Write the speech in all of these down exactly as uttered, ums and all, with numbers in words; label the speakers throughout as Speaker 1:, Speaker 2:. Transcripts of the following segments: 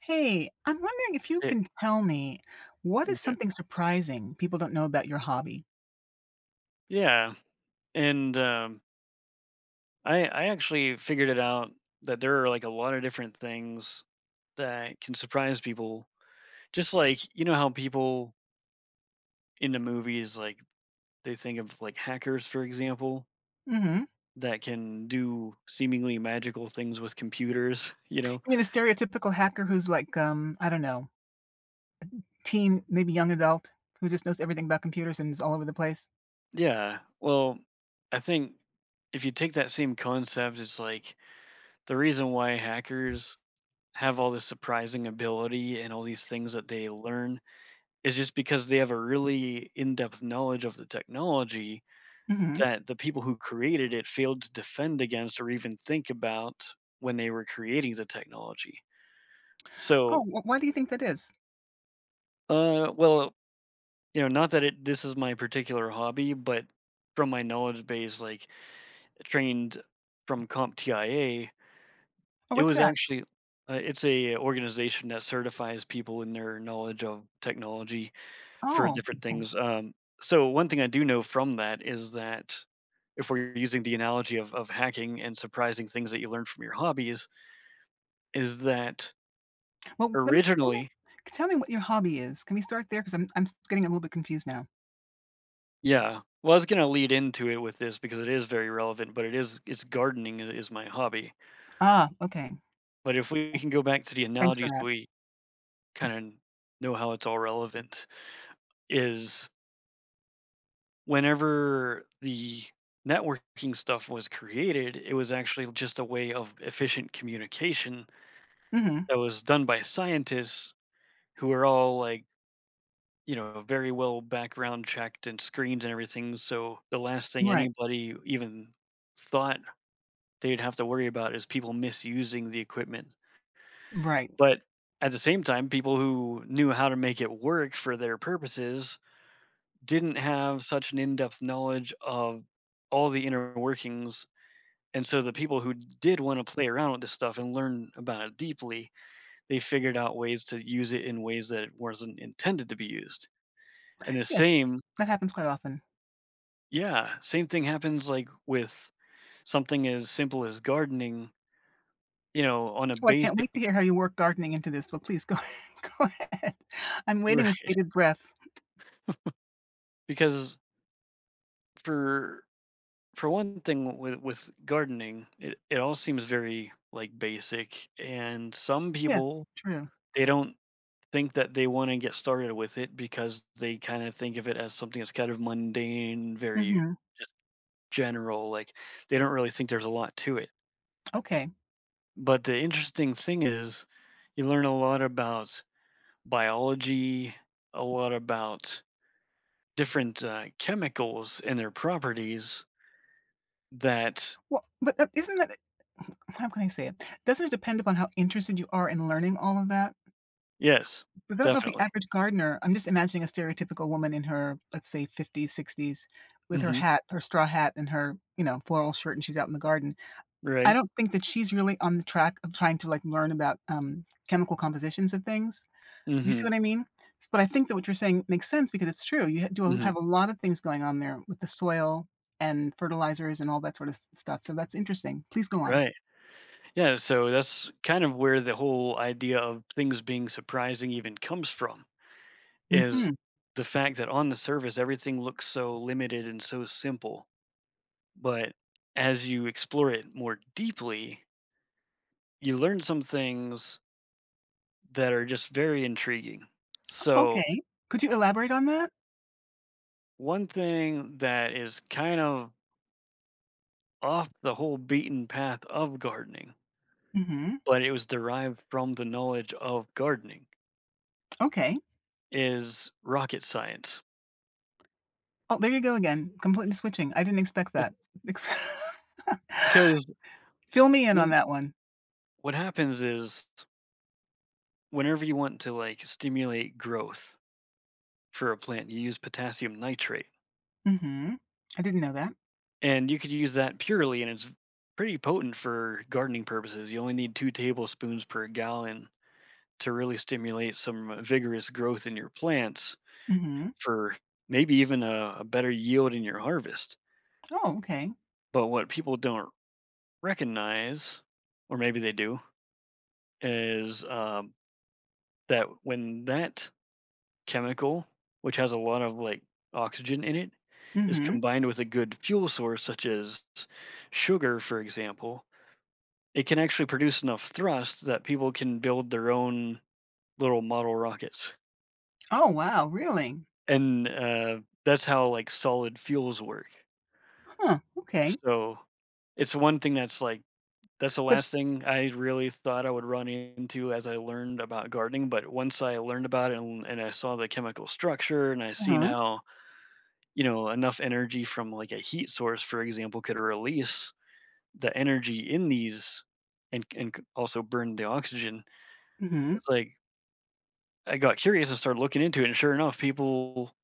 Speaker 1: Hey, I'm wondering if you
Speaker 2: It
Speaker 1: can tell me what is
Speaker 2: m'kay.
Speaker 1: something surprising people don't know about your hobby?
Speaker 2: Yeah, and, um, I I actually figured it out that there are, like, a lot of different things that can surprise people. Just like, you know how people in the movies, like, they think of, like, hackers, for example,
Speaker 1: Mhm.
Speaker 2: that can do seemingly magical things with computers, you know?
Speaker 1: You mean the stereotypical hacker who's like, um, I don't know, teen, maybe young adult, who just knows everything about computers and is all over the place?
Speaker 2: Yeah, well, I think if you take that same concept, it's like the reason why hackers have all this surprising ability and all these things that they learn is just because they have a really in-depth knowledge of the technology
Speaker 1: Mhm.
Speaker 2: that the people who created it failed to defend against or even think about when they were creating the technology.
Speaker 1: Oh,
Speaker 2: So,
Speaker 1: wh why do you think that is?
Speaker 2: uh, well, you know, not that it this is my particular hobby, but from my knowledge base, like trained from CompTIA,
Speaker 1: Oh,
Speaker 2: it
Speaker 1: what's
Speaker 2: was
Speaker 1: that?
Speaker 2: actually uh, it's a organization that certifies people in their knowledge of technology for
Speaker 1: Oh,
Speaker 2: different
Speaker 1: okay.
Speaker 2: things. Um, so one thing I do know from that is that if we're using the analogy of, of hacking and surprising things that you learn from your hobbies, is that
Speaker 1: Well, let me tell me
Speaker 2: originally,
Speaker 1: tell me what your hobby is. Can we start there because I 'Cause I'm I'm s getting a little bit confused now.
Speaker 2: yeah. Well, I was gonna lead into it with this because it is very relevant, but it is it's gardening i- is my hobby.
Speaker 1: Ah, okay.
Speaker 2: But if we can go back to the
Speaker 1: Thanks for
Speaker 2: analogy so
Speaker 1: that.
Speaker 2: we kind of know how it's all relevant, is whenever the networking stuff was created, it was actually just a way of efficient communication
Speaker 1: Mhm.
Speaker 2: that was done by scientists who were all like, you know, very well background checked and screened and everything, so the last thing
Speaker 1: Right.
Speaker 2: anybody even thought they'd have to worry about is people misusing the equipment.
Speaker 1: Right.
Speaker 2: But at the same time, people who knew how to make it work for their purposes didn't have such an in-depth knowledge of all the inner workings, and so the people who did want to play around with this stuff and learn about it deeply, they figured out ways to use it in ways that it wasn't intended to be used. And the
Speaker 1: Yes,
Speaker 2: same,
Speaker 1: that happens quite often.
Speaker 2: yeah, same thing happens, like, with something as simple as gardening, you know, on a
Speaker 1: Oh, I can't wait to
Speaker 2: basic
Speaker 1: hear how you work gardening into this, but please go go ahead. I'm waiting
Speaker 2: right.
Speaker 1: with bated breath.
Speaker 2: Because for for one thing, with with gardening, it, it all seems very, like, basic. And some
Speaker 1: Yes,
Speaker 2: people,
Speaker 1: true.
Speaker 2: they don't think that they want to get started with it because they kind of think of it as something that's kind of mundane, very
Speaker 1: Mhm.
Speaker 2: just general. Like, they don't really think there's a lot to it.
Speaker 1: Okay.
Speaker 2: But the interesting thing is you learn a lot about biology, a lot about different, uh, chemicals and their properties that—
Speaker 1: Well, but is isn't that how can I say it? Doesn't it depend upon how interested you are in learning all of that?
Speaker 2: Yes,
Speaker 1: Because I don't know if the
Speaker 2: definitely.
Speaker 1: average gardener, I'm just imagining a stereotypical woman in her, let's say, fifties, sixties, with her
Speaker 2: Mhm.
Speaker 1: hat, her straw hat, and her, you know, floral shirt, and she's out in the garden. I
Speaker 2: Right.
Speaker 1: don't think that she's really on the track of trying to, like, learn about, um, chemical compositions of things. You see
Speaker 2: Mhm.
Speaker 1: what I mean? S But I think that what you're saying makes sense because it's true. You ha do a
Speaker 2: Mhm.
Speaker 1: have a lot of things going on there with the soil and fertilizers and all that sort of s stuff, so that's interesting. Please go on.
Speaker 2: Right. Yeah, so that's kind of where the whole idea of things being surprising even comes from, is
Speaker 1: Mhm.
Speaker 2: the fact that on the surface, everything looks so limited and so simple. But as you explore it more deeply, you learn some things that are just very intriguing. So,
Speaker 1: Okay. Could you elaborate on that?
Speaker 2: one thing that is kind of off the whole beaten path of gardening,
Speaker 1: Mhm.
Speaker 2: but it was derived from the knowledge of gardening,
Speaker 1: Okay.
Speaker 2: is rocket science.
Speaker 1: Oh, there you go again, completely switching. I didn't expect that. Ex
Speaker 2: Because
Speaker 1: Fill me in on
Speaker 2: when,
Speaker 1: that one.
Speaker 2: what happens is, whenever you want to, like, stimulate growth for a plant, you use potassium nitrate,
Speaker 1: Mhm. I didn't know that.
Speaker 2: and you could use that purely, and it's pretty potent for gardening purposes. You only need two tablespoons per gallon to really stimulate some uh, vigorous growth in your plants
Speaker 1: Mhm.
Speaker 2: for maybe even a, a better yield in your harvest.
Speaker 1: Oh, okay.
Speaker 2: But what people don't recognize, or maybe they do, is um, that when that chemical, which has a lot of, like, oxygen in it, is
Speaker 1: Mhm.
Speaker 2: combined with a good fuel source, such as sugar, for example, it can actually produce enough thrust that people can build their own little model rockets.
Speaker 1: Oh, wow, really?
Speaker 2: And, uh, that's how, like, solid fuels work.
Speaker 1: Huh, okay.
Speaker 2: So, it's one thing that's, like, that's the
Speaker 1: But
Speaker 2: last thing I really thought I would run into as I learned about gardening. But once I learned about it, and and I saw the chemical structure and I seen
Speaker 1: Uh-huh.
Speaker 2: how, you know, enough energy from, like, a heat source, for example, could release the energy in these and and c also burn the oxygen.
Speaker 1: Mhm.
Speaker 2: It's like, I got curious and started looking into it, and sure enough, people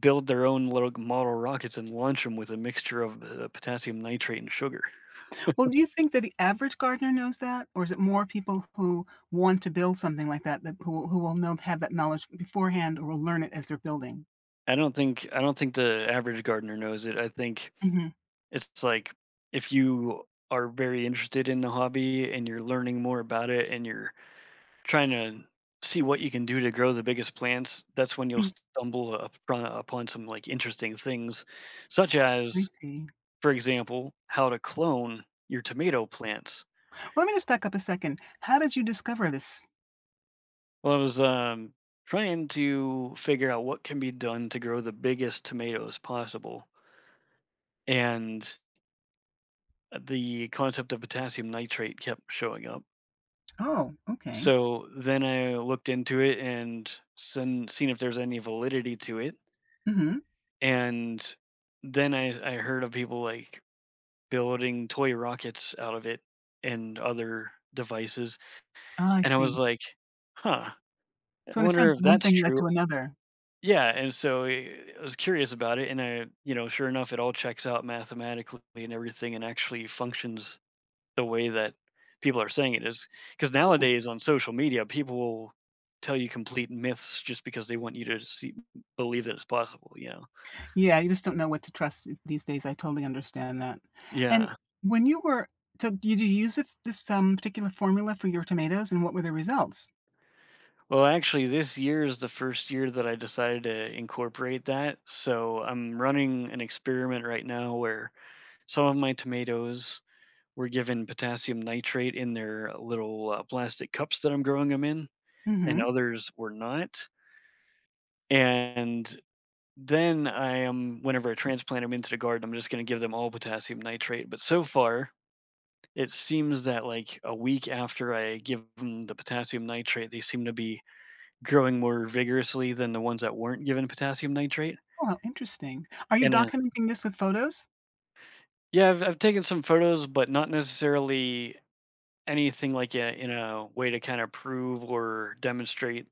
Speaker 2: build their own little model rockets and launch them with a mixture of uh, potassium nitrate and sugar.
Speaker 1: Well, do you think that the average gardener knows that, or is it more people who want to build something like that that who who will know have that knowledge beforehand or will learn it as they're building?
Speaker 2: I don't think I don't think the average gardener knows it. I think
Speaker 1: Mhm.
Speaker 2: it's like, if you are very interested in the hobby and you're learning more about it and you're trying to see what you can do to grow the biggest plants, that's when you'll
Speaker 1: Mm,
Speaker 2: stumble upon, upon some like interesting things, such
Speaker 1: I
Speaker 2: as,
Speaker 1: see.
Speaker 2: for example, how to clone your tomato plants.
Speaker 1: Well, let me just back up a second. How did you discover this?
Speaker 2: Well, I was um, trying to figure out what can be done to grow the biggest tomatoes possible, and the concept of potassium nitrate kept showing up.
Speaker 1: Oh, okay.
Speaker 2: So then I looked into it and sen- seen if there's any validity to it,
Speaker 1: Mhm.
Speaker 2: and then I, I heard of people, like, building toy rockets out of it and other devices,
Speaker 1: Ah, I
Speaker 2: and I
Speaker 1: see.
Speaker 2: was like, huh.
Speaker 1: So
Speaker 2: I
Speaker 1: in a
Speaker 2: wonder
Speaker 1: sense,
Speaker 2: if
Speaker 1: one
Speaker 2: that's
Speaker 1: thing led to
Speaker 2: true.
Speaker 1: another.
Speaker 2: Yeah, and so I I was curious about it, and I, you know, sure enough, it all checks out mathematically and everything, and actually functions the way that people are saying it is. Because
Speaker 1: Hmm.
Speaker 2: nowadays on social media, people will tell you complete myths just because they want you to see, believe that it's possible. You know?
Speaker 1: Yeah, you just don't know what to trust th- these days. I totally understand that. And
Speaker 2: Yeah.
Speaker 1: when you were, so did you use it, this um, particular formula for your tomatoes, and what were the results?
Speaker 2: Well, actually, this year is the first year that I decided to incorporate that. So I'm running an experiment right now where some of my tomatoes were given potassium nitrate in their uh, little uh, plastic cups that I'm growing them in, and
Speaker 1: Hmm.
Speaker 2: others were not. And then I am, whenever I transplant them into the garden, I'm just going to give them all potassium nitrate. But so far, it seems that like a week after I give them the potassium nitrate, they seem to be growing more vigorously than the ones that weren't given potassium nitrate.
Speaker 1: Oh, how interesting. Are you
Speaker 2: And uh,
Speaker 1: documenting this with photos?
Speaker 2: yeah, I've, I've taken some photos, but not necessarily anything like a, in a way to kind of prove or demonstrate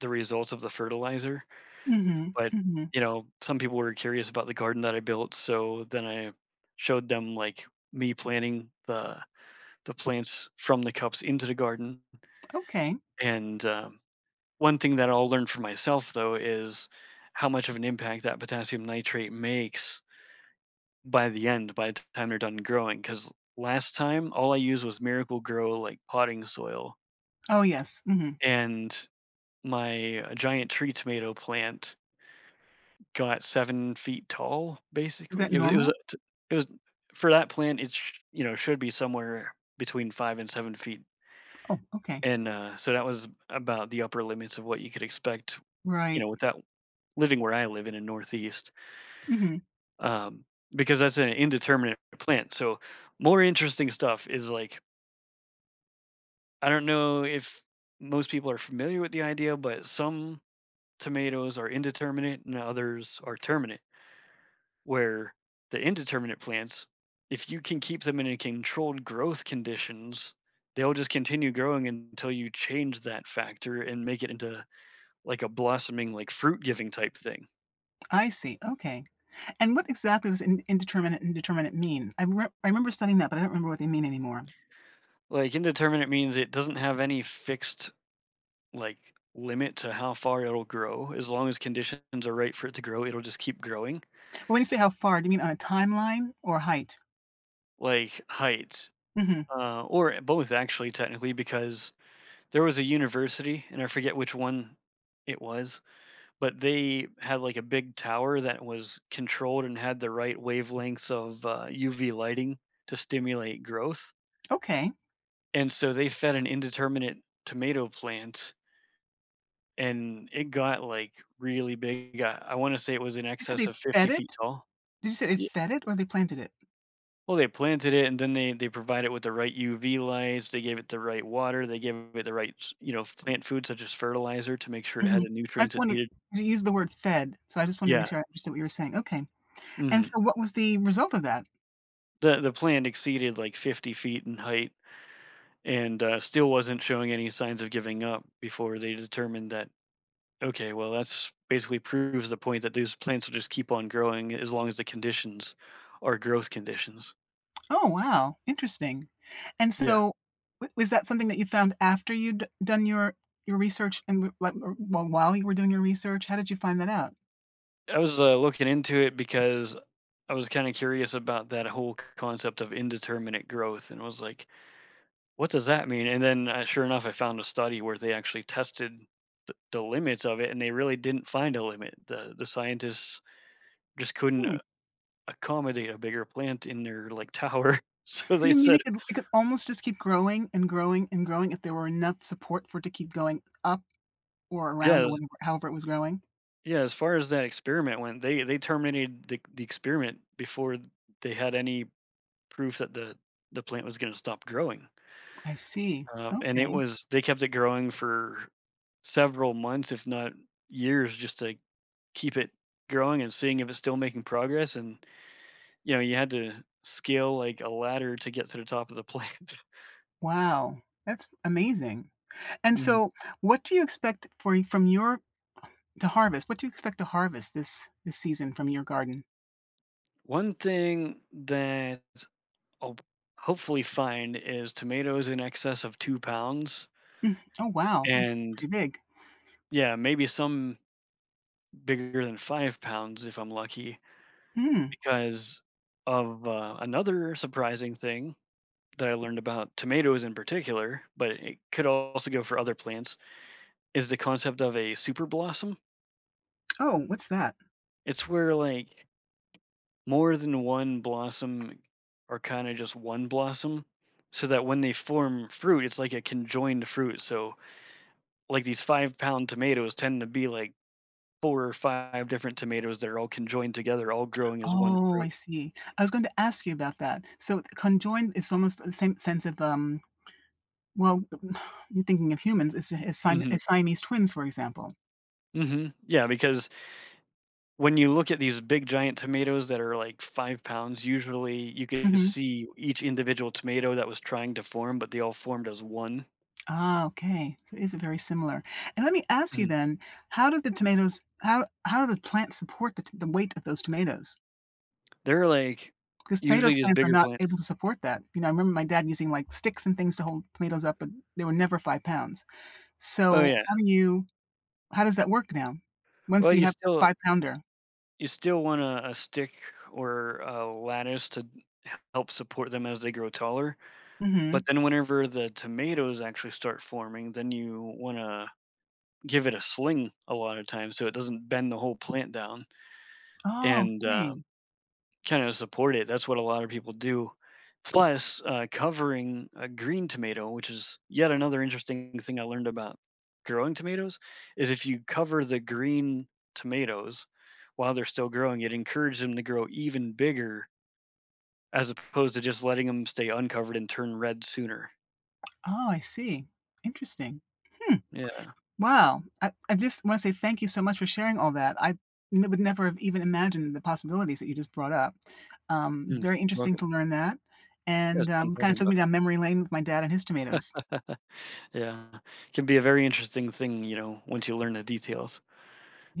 Speaker 2: the results of the fertilizer.
Speaker 1: Mhm,
Speaker 2: But
Speaker 1: mhm.
Speaker 2: you know, some people were curious about the garden that I built, so then I showed them, like, me planting the the plants from the cups into the garden.
Speaker 1: Okay.
Speaker 2: And um, one thing that I'll learn for myself though is how much of an impact that potassium nitrate makes by the end, by the time they're done growing. Because last time all I used was Miracle Grow like potting soil,
Speaker 1: Oh, yes, mhm.
Speaker 2: and my uh, giant tree tomato plant got seven feet tall.
Speaker 1: Is that
Speaker 2: Basically, it was it was
Speaker 1: normal?
Speaker 2: a t— it was— for that plant. It sh- you know should be somewhere between five and seven feet,
Speaker 1: Oh, okay.
Speaker 2: and uh, so that was about the upper limits of what you could expect. You
Speaker 1: Right.
Speaker 2: know, without living where I live in the Northeast,
Speaker 1: Mhm.
Speaker 2: um, because that's an indeterminate plant. So more interesting stuff is like, I don't know if most people are familiar with the idea, but some tomatoes are indeterminate and others are terminate, where the indeterminate plants, if you can keep them in a controlled growth conditions, they'll just continue growing until you change that factor and make it into like a blossoming, like fruit giving type thing.
Speaker 1: I see, okay. And what exactly does in indeterminate and "determinate" mean? I remem I remember studying that, but I don't remember what they mean anymore.
Speaker 2: Like, indeterminate means it doesn't have any fixed like limit to how far it'll grow. As long as conditions are right for it to grow, it'll just keep growing.
Speaker 1: But when you say how far, do you mean on a timeline or height?
Speaker 2: Like height,
Speaker 1: Mhm.
Speaker 2: uh, or both actually technically, because there was a university, and I forget which one it was. But they had, like, a big tower that was controlled and had the right wavelengths of, uh, U V lighting to stimulate growth,
Speaker 1: Okay.
Speaker 2: and so they fed an indeterminate tomato plant, and it got, like, really big. I I wanna say it was in
Speaker 1: You said
Speaker 2: excess
Speaker 1: they
Speaker 2: of fifty
Speaker 1: fed
Speaker 2: feet
Speaker 1: it?
Speaker 2: tall.
Speaker 1: Did you say they
Speaker 2: Yeah.
Speaker 1: fed it or they planted it?
Speaker 2: Well, they planted it, and then they they provide it with the right U V lights, they gave it the right water, they gave it the right s— you know, plant food such as fertilizer to make sure it had
Speaker 1: Mhm.
Speaker 2: the
Speaker 1: I
Speaker 2: nutrients
Speaker 1: just
Speaker 2: it
Speaker 1: wondered,
Speaker 2: needed.
Speaker 1: you used the word fed, so I just wanted to make
Speaker 2: Yeah,
Speaker 1: sure I understood what you were saying. Okay. And
Speaker 2: mhm.
Speaker 1: so what was the result of that?
Speaker 2: The the plant exceeded, like, fifty feet in height, and uh, still wasn't showing any signs of giving up before they determined that, okay, well, that's basically proves the point that these plants will just keep on growing as long as the conditions are growth conditions.
Speaker 1: Oh, wow, interesting. And
Speaker 2: Yeah,
Speaker 1: so, w was that something that you found after you'd done your your research and w like, or well, while you were doing your research? How did you find that out?
Speaker 2: I was uh, looking into it because I was kind of curious about that whole c- concept of indeterminate growth and was like, what does that mean? And then uh, sure enough I found a study where they actually tested th- the limits of it, and they really didn't find a limit. The the scientists just couldn't
Speaker 1: Hmm.
Speaker 2: uh, accommodate a bigger plant in their, like, tower. So
Speaker 1: So
Speaker 2: they
Speaker 1: you mean
Speaker 2: said,
Speaker 1: it could it could almost just keep growing and growing and growing if there were enough support for it to keep going up or around
Speaker 2: yeah,
Speaker 1: or whatever however it was growing?
Speaker 2: yeah, as far as that experiment went, they they terminated the the experiment before they had any proof that the the plant was gonna stop growing.
Speaker 1: I see.
Speaker 2: Um, and it
Speaker 1: Okay.
Speaker 2: was, they kept it growing for several months, if not years, just to keep it growing and seeing if it's still making progress, and, you know, you had to scale like a ladder to get to the top of the plant.
Speaker 1: Wow. That's amazing. And
Speaker 2: Mhm.
Speaker 1: so what do you expect for y from your, to harvest? What do you expect to harvest this this season from your garden?
Speaker 2: One thing that I'll hopefully find is tomatoes in excess of two pounds,
Speaker 1: Mm. Oh, wow. That's
Speaker 2: and
Speaker 1: pretty big.
Speaker 2: yeah, maybe some bigger than five pounds if I'm lucky,
Speaker 1: Mm.
Speaker 2: because of uh, another surprising thing that I learned about tomatoes in particular, but it could also go for other plants, is the concept of a super blossom.
Speaker 1: Oh, what's that?
Speaker 2: It's where, like, more than one blossom are kind of just one blossom, so that when they form fruit, it's like a conjoined fruit. So like these five pound tomatoes tend to be like four or five different tomatoes that are all conjoined together, all growing as one
Speaker 1: Oh, I
Speaker 2: fruit.
Speaker 1: see. I was going to ask you about that. So conjoined is almost the same sense of um. Well, you're thinking of humans as, as, Siam-
Speaker 2: Hmm.
Speaker 1: as Siamese twins, for example.
Speaker 2: Hmm. Yeah, because when you look at these big giant tomatoes that are like five pounds, usually you could
Speaker 1: Hmm.
Speaker 2: see each individual tomato that was trying to form, but they all formed as one.
Speaker 1: Ah, okay. So it is very similar. And let me ask you
Speaker 2: Mhm.
Speaker 1: then: how do the tomatoes? How how do the plants support the, t- the weight of those tomatoes?
Speaker 2: They're like
Speaker 1: Because tomato
Speaker 2: usually just
Speaker 1: plants are
Speaker 2: bigger
Speaker 1: not
Speaker 2: plants.
Speaker 1: able to support that. You know, I remember my dad using like sticks and things to hold tomatoes up, but they were never five pounds.
Speaker 2: Oh
Speaker 1: So
Speaker 2: yeah.
Speaker 1: how do you? How does that work now? Once
Speaker 2: Well,
Speaker 1: you
Speaker 2: you
Speaker 1: have a
Speaker 2: still—
Speaker 1: five-pounder?
Speaker 2: you still want a, a stick or a lattice to help support them as they grow taller. But
Speaker 1: Mhm.
Speaker 2: then whenever the tomatoes actually start forming, then you wanna give it a sling a lot of times so it doesn't bend the whole plant down
Speaker 1: Oh,
Speaker 2: and, uh,
Speaker 1: okay.
Speaker 2: kinda support it. That's what a lot of people do. Plus, uh, covering a green tomato, which is yet another interesting thing I learned about growing tomatoes, is if you cover the green tomatoes while they're still growing, it encourages them to grow even bigger as opposed to just letting them stay uncovered and turn red sooner.
Speaker 1: Oh, I see. Interesting. Hmm,
Speaker 2: Yeah.
Speaker 1: wow. I I just wanna say thank you so much for sharing all that. I n would never have even imagined the possibilities that you just brought up. Um,
Speaker 2: Mm.
Speaker 1: it's
Speaker 2: You're
Speaker 1: very interesting
Speaker 2: welcome.
Speaker 1: to learn that,
Speaker 2: Yeah,
Speaker 1: and,
Speaker 2: it's fun
Speaker 1: um, kinda
Speaker 2: talking
Speaker 1: took
Speaker 2: about
Speaker 1: me down memory lane with my dad and his
Speaker 2: it.
Speaker 1: tomatoes.
Speaker 2: Yeah. Can be a very interesting thing, you know, once you learn the details.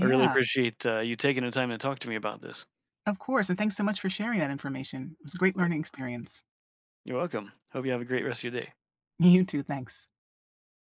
Speaker 2: I really appreciate, uh, you taking the time to talk to me about this.
Speaker 1: of course, and thanks so much for sharing that information. It was a great learning experience.
Speaker 2: You're welcome. Hope you have a great rest of your day.
Speaker 1: You too, thanks.